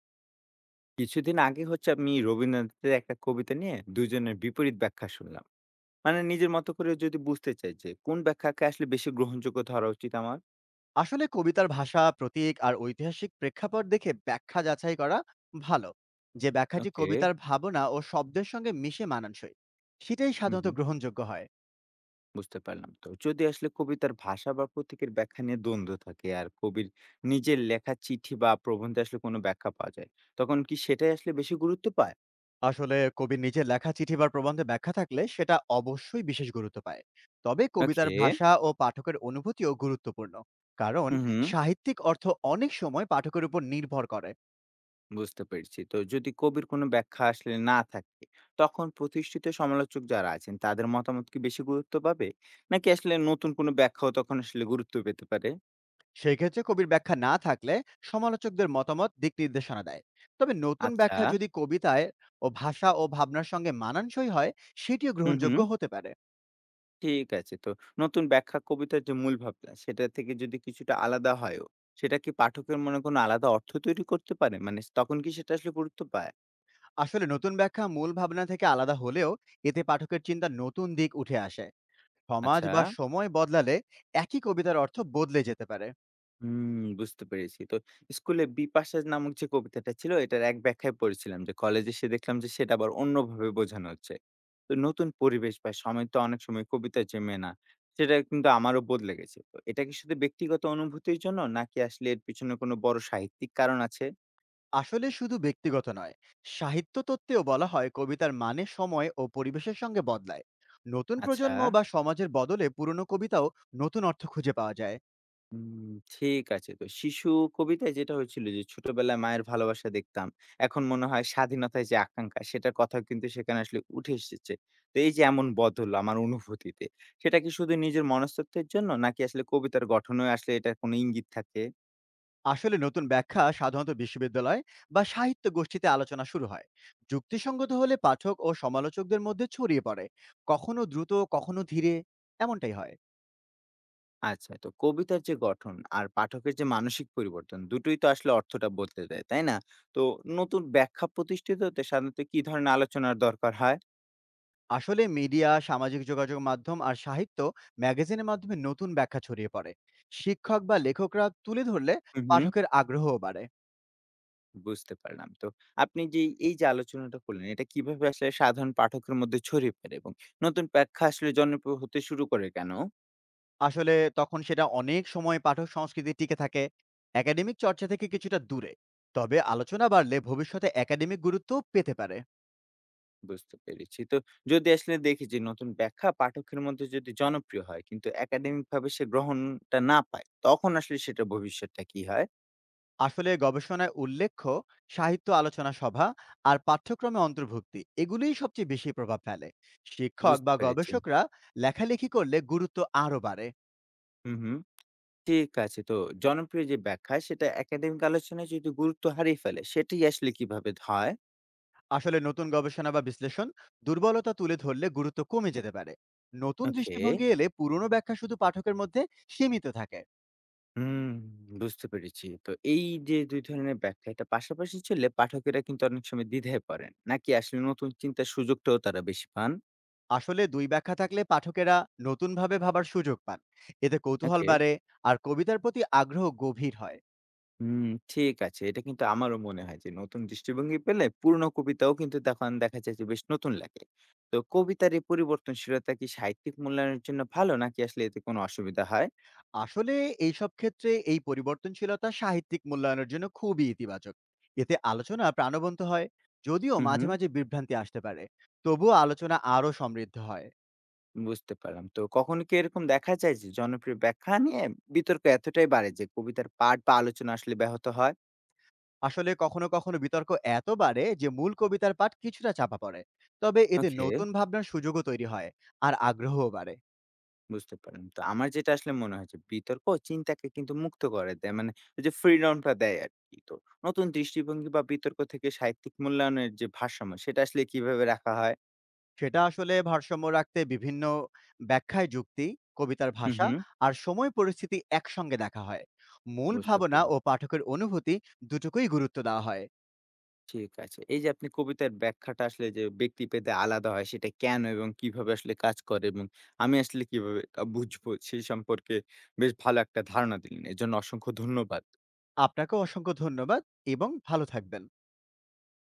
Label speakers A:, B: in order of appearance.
A: কিছুদিন আগে হচ্ছে আমি রবীন্দ্রনাথের একটা কবিতা নিয়ে দুজনের বিপরীত ব্যাখ্যা শুনলাম। মানে নিজের মতো করে যদি বুঝতে চাই যে কোন ব্যাখ্যাকে আসলে বেশি গ্রহণযোগ্য ধরা উচিত আমার।
B: আসলে কবিতার ভাষা, প্রতীক আর ঐতিহাসিক প্রেক্ষাপট দেখে ব্যাখ্যা যাচাই করা ভালো। যে ব্যাখ্যাটি
A: ওকে।
B: কবিতার ভাবনা ও শব্দের সঙ্গে মিশে মানানসই, সেটাই
A: হুম
B: সাধারণত
A: হুম
B: গ্রহণযোগ্য হয়।
A: বুঝতে পারলাম। তো যদি আসলে কবিতার ভাষা বা প্রতীকের ব্যাখ্যা নিয়ে দ্বন্দ্ব থাকে আর কবির নিজের লেখা চিঠি বা প্রবন্ধে আসলে কোনো ব্যাখ্যা পাওয়া যায়, তখন কি সেটাই আসলে বেশি গুরুত্ব পায়?
B: আসলে কবির নিজের লেখা চিঠি বা প্রবন্ধে ব্যাখ্যা থাকলে সেটা অবশ্যই বিশেষ গুরুত্ব পায়। তবে কবিতার
A: ওকে।
B: ভাষা ও পাঠকের অনুভূতিও গুরুত্বপূর্ণ, কারণ
A: হুম, হুম.
B: সাহিত্যিক অর্থ অনেক সময় পাঠকের উপর নির্ভর করে।
A: বুঝতে পেরেছি। তো যদি কবির কোনো ব্যাখ্যা আসলে না থাকে, তখন প্রতিষ্ঠিত সমালোচক যারা আছেন তাদের মতামত কি বেশি গুরুত্ব পাবে? নাকি আসলে নতুন কোনো ব্যাখ্যাও তখন আসলে গুরুত্ব পেতে পারে?
B: সেক্ষেত্রে কবির ব্যাখ্যা না থাকলে সমালোচকদের মতামত দিক নির্দেশনা দেয়, তবে নতুন
A: আচ্ছা।
B: ব্যাখ্যা যদি কবিতায় ও ভাষা ও ভাবনার সঙ্গে মানানসই হয় সেটিও
A: হুম, হুম।
B: গ্রহণযোগ্য হতে পারে।
A: ঠিক আছে। তো নতুন ব্যাখ্যা কবিতার যে মূল ভাবনা সেটা থেকে যদি কিছুটা আলাদা হয়ও, সেটা কি পাঠকের মনে কোনো আলাদা অর্থ তৈরি করতে পারে? মানে তখন কি সেটা আসলে গুরুত্ব পায়?
B: আসলে নতুন ব্যাখ্যা মূল ভাবনা থেকে আলাদা হলেও এতে পাঠকের চিন্তা নতুন দিক উঠে আসে। সমাজ
A: আচ্ছা।
B: বা সময় বদলালে একই কবিতার অর্থ বদলে যেতে পারে।
A: হুম, বুঝতে পেরেছি। তো স্কুলে বিপাশা নামক যে কবিতাটা ছিল এটার এক ব্যাখ্যায় পড়েছিলাম, যে কলেজে এসে দেখলাম যে সেটা আবার অন্যভাবে বোঝানো হচ্ছে। তো নতুন পরিবেশ বা সময় তো অনেক সময় কবিতা জমে না। সেটা কিন্তু আমারও বদলে গেছে। তো এটা কি শুধু ব্যক্তিগত অনুভূতির জন্য নাকি আসলে এর পিছনে কোনো বড় সাহিত্যিক কারণ আছে?
B: আসলে শুধু ব্যক্তিগত নয়, সাহিত্য তত্ত্বেও বলা হয় কবিতার মানে সময় ও পরিবেশের সঙ্গে বদলায়। নতুন
A: আচ্ছা।
B: প্রজন্ম বা সমাজের বদলে পুরনো কবিতাও নতুন অর্থ খুঁজে পাওয়া যায়।
A: হুম, ঠিক আছে। তো শিশু কবিতায় যেটা হয়েছিল যে ছোটবেলায় মায়ের ভালোবাসা দেখতাম। এখন মনে হয় স্বাধীনতায় যে আকাঙ্ক্ষা সেটার কথাও কিন্তু সেখানে আসলে উঠে এসেছে। তো এই যে এমন বদল আমার অনুভূতিতে, সেটা কি শুধু নিজের মনস্তত্ত্বের জন্য নাকি আসলে কবিতার গঠনেও আসলে এটার কোনো ইঙ্গিত থাকে?
B: আসলে নতুন ব্যাখ্যা সাধারণত বিশ্ববিদ্যালয় বা সাহিত্য গোষ্ঠীতে আলোচনা শুরু হয়, যুক্তিসঙ্গত হলে পাঠক ও সমালোচকদের মধ্যে ছড়িয়ে পড়ে, কখনো দ্রুত কখনো ধীরে, এমনটাই হয়।
A: আচ্ছা, তো কবিতার যে গঠন আর পাঠকের যে মানসিক পরিবর্তন দুটোই তো আসলে অর্থটা বদলে দেয়, তাই না? তো নতুন ব্যাখ্যা প্রতিষ্ঠিত হতে সাধারণত কি ধরনের আলোচনার দরকার হয়?
B: আসলে মিডিয়া, সামাজিক যোগাযোগ মাধ্যম আর সাহিত্য ম্যাগাজিনের মাধ্যমে নতুন ব্যাখ্যা ছড়িয়ে পড়ে। শিক্ষক বা লেখকরা তুলে ধরলে
A: হু, হু।
B: পাঠকের আগ্রহও বাড়ে।
A: বুঝতে পারলাম। তো আপনি যে এই যে আলোচনাটা করলেন, এটা কিভাবে আসলে সাধারণ পাঠকের মধ্যে ছড়িয়ে পড়ে এবং নতুন ব্যাখ্যা আসলে জনপ্রিয় হতে শুরু করে কেন?
B: আসলে তখন সেটা অনেক সময় পাঠক সংস্কৃতি টিকে থাকে, একাডেমিক চর্চা থেকে কিছুটা দূরে। তবে আলোচনা বাড়লে ভবিষ্যতে একাডেমিক গুরুত্ব পেতে পারে।
A: বুঝতে পেরেছি। তো যদি আসলে দেখি যে নতুন ব্যাখ্যা পাঠকের মধ্যে যদি জনপ্রিয় হয় কিন্তু একাডেমিকভাবে সে গ্রহণটা না পায়, তখন আসলে সেটার ভবিষ্যৎটা কি হয়?
B: আসলে গবেষণায় উল্লেখ্য সাহিত্য আলোচনা সভা আর পাঠ্যক্রমে অন্তর্ভুক্তি এগুলোই সবচেয়ে বেশি প্রভাব ফেলে। শিক্ষক
A: বুঝতে
B: বা
A: পেরেছি।
B: গবেষকরা লেখালেখি করলে গুরুত্ব আরও বাড়ে।
A: হুম, হুম। ঠিক আছে। তো জনপ্রিয় যে ব্যাখ্যা সেটা একাডেমিক আলোচনায় যদি গুরুত্ব হারিয়ে ফেলে, সেটি আসলে কিভাবে হয়?
B: আসলে নতুন গবেষণা বা বিশ্লেষণ দুর্বলতা তুলে ধরলে গুরুত্ব কমে যেতে পারে। নতুন
A: ওকে।
B: দৃষ্টিভঙ্গি এলে পুরনো ব্যাখ্যা শুধু পাঠকের মধ্যে সীমিত থাকে।
A: হুম, বুঝতে পেরেছি। তো এই যে ২ ধরনের ব্যাখ্যা এটা পাশাপাশি চললে পাঠকেরা কিন্তু অনেক সময় দ্বিধায় পড়েন। নাকি আসলে নতুন চিন্তার সুযোগটাও তারা বেশি পান?
B: আসলে দুই ব্যাখ্যা থাকলে পাঠকেরা নতুনভাবে ভাবার সুযোগ পান, এতে কৌতূহল
A: ওকে।
B: বাড়ে আর কবিতার প্রতি আগ্রহ গভীর হয়।
A: হুম, ঠিক আছে। এটা কিন্তু আমারও মনে হয় যে নতুন দৃষ্টিভঙ্গি পেলে পুরনো কবিতাও কিন্তু তখন দেখা যায় যে বেশ নতুন লাগে। তো কবিতার এই পরিবর্তনশীলতা কি সাহিত্যিক মূল্যায়নের জন্য ভালো নাকি আসলে এতে কোনো অসুবিধা হয়?
B: আসলে এইসব ক্ষেত্রে এই পরিবর্তনশীলতা সাহিত্যিক মূল্যায়নের জন্য খুবই ইতিবাচক, এতে আলোচনা প্রাণবন্ত হয়। যদিও
A: হুম,
B: মাঝে
A: হুম,
B: মাঝে বিভ্রান্তি আসতে পারে, তবুও আলোচনা আরো সমৃদ্ধ হয়।
A: বুঝতে পারলাম। তো কখনো কি এরকম দেখা যায় যে জনপ্রিয় ব্যাখ্যা নিয়ে বিতর্ক এতটাই বাড়ে যে কবিতার পাঠ বা আলোচনা আসলে ব্যাহত হয়?
B: আসলে কখনো কখনো বিতর্ক এত বাড়ে যে মূল কবিতার পাঠ কিছুটা চাপা পড়ে, তবে এতে
A: ওকে।
B: নতুন ভাবনার সুযোগও তৈরি হয় আর আগ্রহও বাড়ে।
A: বুঝতে পারলাম। তো আমার যেটা আসলে মনে হয় যে বিতর্ক চিন্তাকে কিন্তু মুক্ত করে দেয়। মানে ওই যে ফ্রিডমটা দেয় আরকি। তো নতুন দৃষ্টিভঙ্গি বা বিতর্ক থেকে সাহিত্যিক মূল্যায়নের যে ভারসাম্য সেটা আসলে কিভাবে রাখা হয়?
B: সেটা আসলে ভারসাম্য রাখতে বিভিন্ন ব্যাখ্যায় যুক্তি, কবিতার
A: হুম,
B: ভাষা
A: হুম।
B: আর সময় পরিস্থিতি একসঙ্গে দেখা হয়। মূল
A: বুঝতে
B: ভাবনা ও
A: পারলাম।
B: পাঠকের অনুভূতি দুটোকেই গুরুত্ব দেওয়া হয়।
A: ঠিক আছে। এই যে আপনি কবিতার ব্যাখ্যাটা আসলে যে ব্যক্তিভেদে আলাদা হয় সেটা কেন এবং কিভাবে আসলে কাজ করে এবং আমি আসলে কিভাবে তা বুঝবো সেই সম্পর্কে বেশ ভালো একটা ধারণা দিলেন। এর জন্য অসংখ্য ধন্যবাদ।
B: আপনাকেও অসংখ্য ধন্যবাদ এবং ভালো থাকবেন।